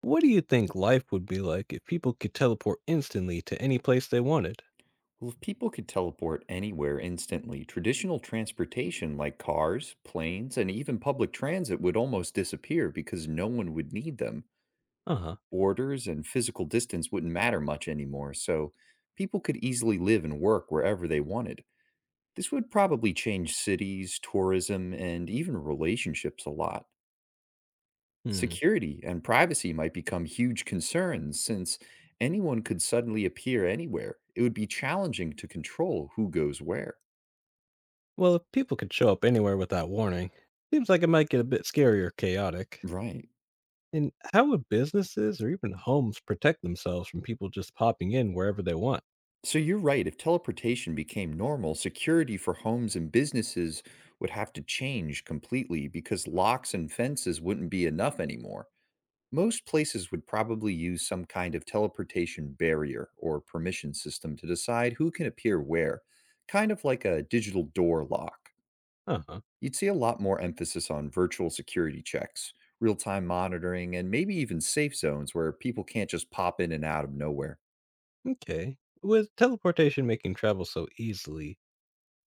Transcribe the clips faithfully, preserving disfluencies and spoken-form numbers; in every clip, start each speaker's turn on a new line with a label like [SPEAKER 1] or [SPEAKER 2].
[SPEAKER 1] What do you think life would be like if people could teleport instantly to any place they wanted?
[SPEAKER 2] Well, if people could teleport anywhere instantly, traditional transportation like cars, planes, and even public transit would almost disappear because no one would need them.
[SPEAKER 1] Uh huh.
[SPEAKER 2] Borders and physical distance wouldn't matter much anymore, so people could easily live and work wherever they wanted. This would probably change cities, tourism, and even relationships a lot.
[SPEAKER 1] Hmm.
[SPEAKER 2] Security and privacy might become huge concerns since anyone could suddenly appear anywhere. It would be challenging to control who goes where.
[SPEAKER 1] Well, if people could show up anywhere without warning, seems like it might get a bit scary or chaotic.
[SPEAKER 2] Right.
[SPEAKER 1] And how would businesses or even homes protect themselves from people just popping in wherever they want?
[SPEAKER 2] So you're right. If teleportation became normal, security for homes and businesses would have to change completely because locks and fences wouldn't be enough anymore. Most places would probably use some kind of teleportation barrier or permission system to decide who can appear where, kind of like a digital door lock.
[SPEAKER 1] Uh huh.
[SPEAKER 2] You'd see a lot more emphasis on virtual security checks, real time monitoring, and maybe even safe zones where people can't just pop in and out of nowhere.
[SPEAKER 1] Okay. With teleportation making travel so easily,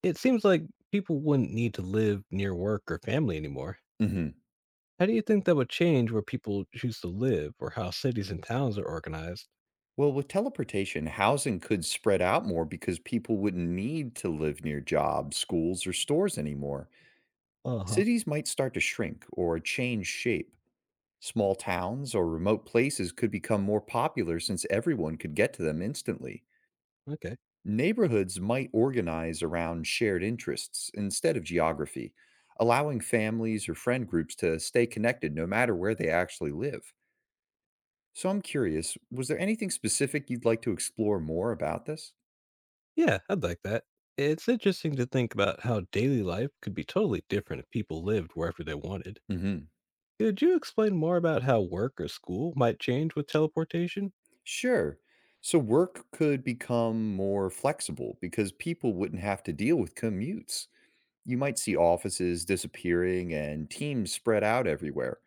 [SPEAKER 1] it seems like people wouldn't need to live near work or family anymore.
[SPEAKER 2] Mhm.
[SPEAKER 1] How do you think that would change where people choose to live or how cities and towns are organized?
[SPEAKER 2] Well, with teleportation, housing could spread out more because people wouldn't need to live near jobs, schools, or stores anymore.
[SPEAKER 1] Uh huh.
[SPEAKER 2] Cities might start to shrink or change shape. Small towns or remote places could become more popular since everyone could get to them instantly.
[SPEAKER 1] Okay.
[SPEAKER 2] Neighborhoods might organize around shared interests instead of geography, allowing families or friend groups to stay connected no matter where they actually live. So I'm curious, was there anything specific you'd like to explore more about this?
[SPEAKER 1] Yeah, I'd like that. It's interesting to think about how daily life could be totally different if people lived wherever they wanted.
[SPEAKER 2] Mhm.
[SPEAKER 1] Could you explain more about how work or school might change with teleportation?
[SPEAKER 2] Sure. So work could become more flexible because people wouldn't have to deal with commutes. You might see offices disappearing and teams spread out everywhere.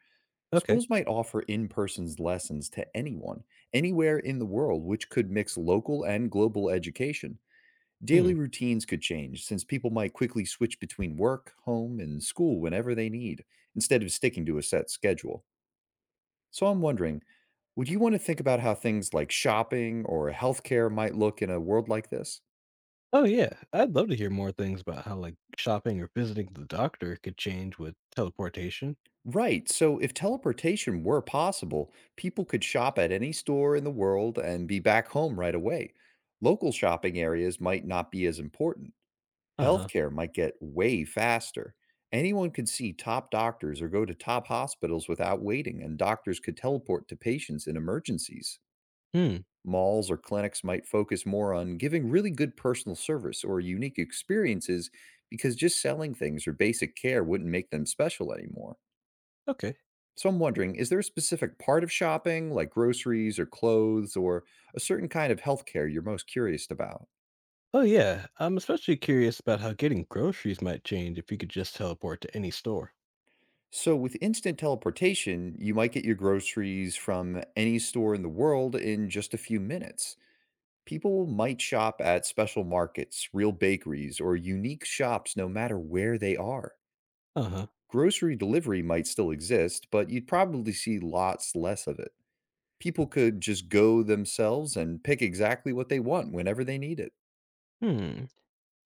[SPEAKER 1] Okay.
[SPEAKER 2] Schools might offer in person lessons to anyone, anywhere in the world, which could mix local and global education.
[SPEAKER 1] Hmm.
[SPEAKER 2] Daily routines could change since people might quickly switch between work, home, and school whenever they need, instead of sticking to a set schedule. So I'm wondering, would you want to think about how things like shopping or healthcare might look in a world like this?
[SPEAKER 1] Oh yeah, I'd love to hear more things about how like shopping or visiting the doctor could change with teleportation.
[SPEAKER 2] Right. So if teleportation were possible, people could shop at any store in the world and be back home right away. Local shopping areas might not be as important.
[SPEAKER 1] Uh-huh.
[SPEAKER 2] Healthcare might get way faster. Anyone could see top doctors or go to top hospitals without waiting, and doctors could teleport to patients in emergencies.
[SPEAKER 1] Hmm.
[SPEAKER 2] Malls or clinics might focus more on giving really good personal service or unique experiences because just selling things or basic care wouldn't make them special anymore.
[SPEAKER 1] Okay.
[SPEAKER 2] So I'm wondering, is there a specific part of shopping, like groceries or clothes, or a certain kind of healthcare you're most curious about?
[SPEAKER 1] Oh yeah, I'm especially curious about how getting groceries might change if you could just teleport to any store.
[SPEAKER 2] So, with instant teleportation, you might get your groceries from any store in the world in just a few minutes. People might shop at special markets, real bakeries, or unique shops no matter where they are.
[SPEAKER 1] Uh-huh.
[SPEAKER 2] Grocery delivery might still exist, but you'd probably see lots less of it. People could just go themselves and pick exactly what they want whenever they need it.
[SPEAKER 1] Hmm.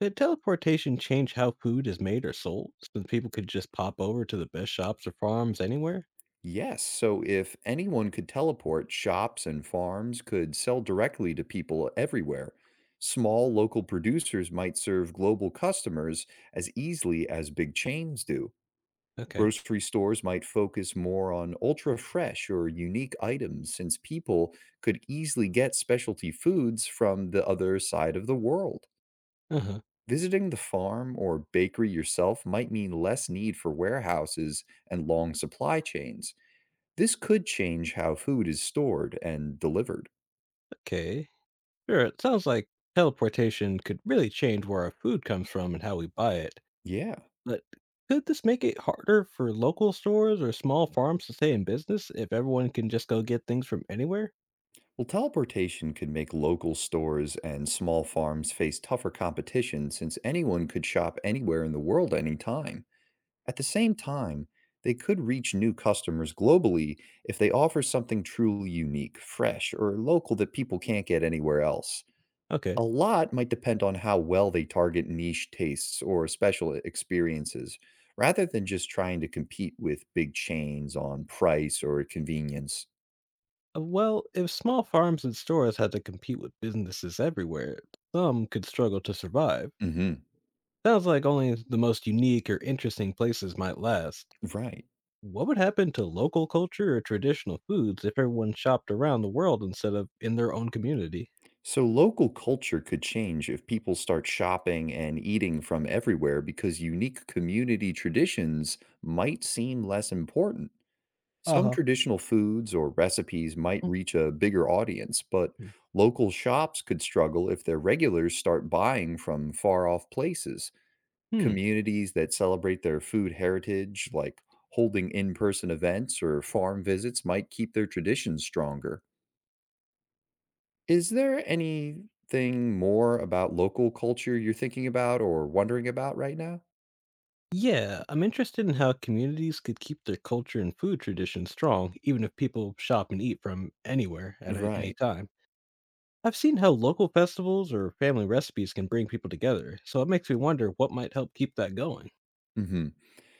[SPEAKER 1] Did teleportation change how food is made or sold? Since people could just pop over to the best shops or farms anywhere?
[SPEAKER 2] Yes, so if anyone could teleport, shops and farms could sell directly to people everywhere. Small local producers might serve global customers as easily as big chains do.
[SPEAKER 1] Okay.
[SPEAKER 2] Grocery stores might focus more on ultra fresh or unique items since people could easily get specialty foods from the other side of the world.
[SPEAKER 1] Uh huh.
[SPEAKER 2] Visiting the farm or bakery yourself might mean less need for warehouses and long supply chains. This could change how food is stored and delivered.
[SPEAKER 1] Okay. Sure, it sounds like teleportation could really change where our food comes from and how we buy it.
[SPEAKER 2] Yeah.
[SPEAKER 1] But could this make it harder for local stores or small farms to stay in business if everyone can just go get things from anywhere?
[SPEAKER 2] Well, teleportation could make local stores and small farms face tougher competition since anyone could shop anywhere in the world anytime. At the same time, they could reach new customers globally if they offer something truly unique, fresh, or local that people can't get anywhere else.
[SPEAKER 1] Okay.
[SPEAKER 2] A lot might depend on how well they target niche tastes or special experiences, rather than just trying to compete with big chains on price or convenience.
[SPEAKER 1] Uh, Well, if small farms and stores had to compete with businesses everywhere, some could struggle to survive.
[SPEAKER 2] Hmm.
[SPEAKER 1] Sounds like only the most unique or interesting places might last.
[SPEAKER 2] Right.
[SPEAKER 1] What would happen to local culture or traditional foods if everyone shopped around the world instead of in their own community?
[SPEAKER 2] So local culture could change if people start shopping and eating from everywhere because unique community traditions might seem less important.
[SPEAKER 1] Uh
[SPEAKER 2] Some
[SPEAKER 1] huh.
[SPEAKER 2] traditional foods or recipes might reach a bigger audience, but
[SPEAKER 1] Mhm.
[SPEAKER 2] local shops could struggle if their regulars start buying from far off places.
[SPEAKER 1] Hmm.
[SPEAKER 2] Communities that celebrate their food heritage, like holding in person events or farm visits, might keep their traditions stronger. Is there anything more about local culture you're thinking about or wondering about right now?
[SPEAKER 1] Yeah, I'm interested in how communities could keep their culture and food traditions strong, even if people shop and eat from anywhere at a- any
[SPEAKER 2] Right.
[SPEAKER 1] time. I've seen how local festivals or family recipes can bring people together, so it makes me wonder what might help keep that going.
[SPEAKER 2] Hmm.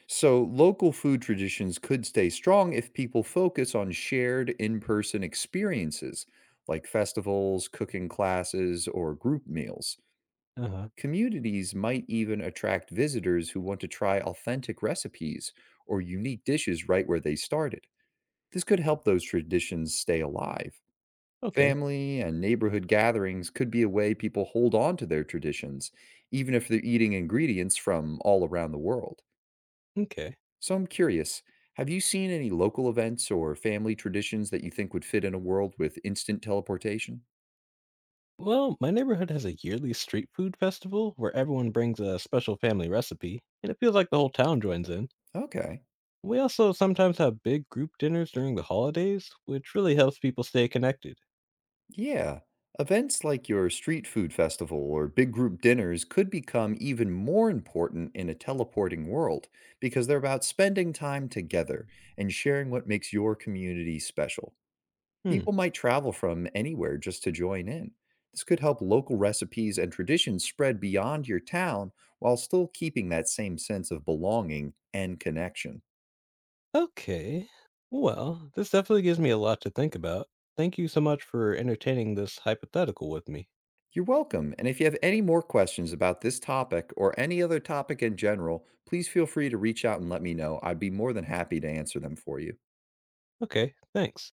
[SPEAKER 2] So, local food traditions could stay strong if people focus on shared in person experiences like festivals, cooking classes, or group meals.
[SPEAKER 1] Uh huh.
[SPEAKER 2] Communities might even attract visitors who want to try authentic recipes or unique dishes right where they started. This could help those traditions stay alive.
[SPEAKER 1] Okay.
[SPEAKER 2] Family and neighborhood gatherings could be a way people hold on to their traditions, even if they're eating ingredients from all around the world.
[SPEAKER 1] Okay.
[SPEAKER 2] So I'm curious, have you seen any local events or family traditions that you think would fit in a world with instant teleportation?
[SPEAKER 1] Well, my neighborhood has a yearly street food festival where everyone brings a special family recipe, and it feels like the whole town joins in.
[SPEAKER 2] Okay.
[SPEAKER 1] We also sometimes have big group dinners during the holidays, which really helps people stay connected.
[SPEAKER 2] Yeah. Events like your street food festival or big group dinners could become even more important in a teleporting world because they're about spending time together and sharing what makes your community special.
[SPEAKER 1] Hmm.
[SPEAKER 2] People might travel from anywhere just to join in. This could help local recipes and traditions spread beyond your town while still keeping that same sense of belonging and connection.
[SPEAKER 1] Okay. Well, this definitely gives me a lot to think about. Thank you so much for entertaining this hypothetical with me.
[SPEAKER 2] You're welcome. And if you have any more questions about this topic or any other topic in general, please feel free to reach out and let me know. I'd be more than happy to answer them for you.
[SPEAKER 1] Okay, thanks.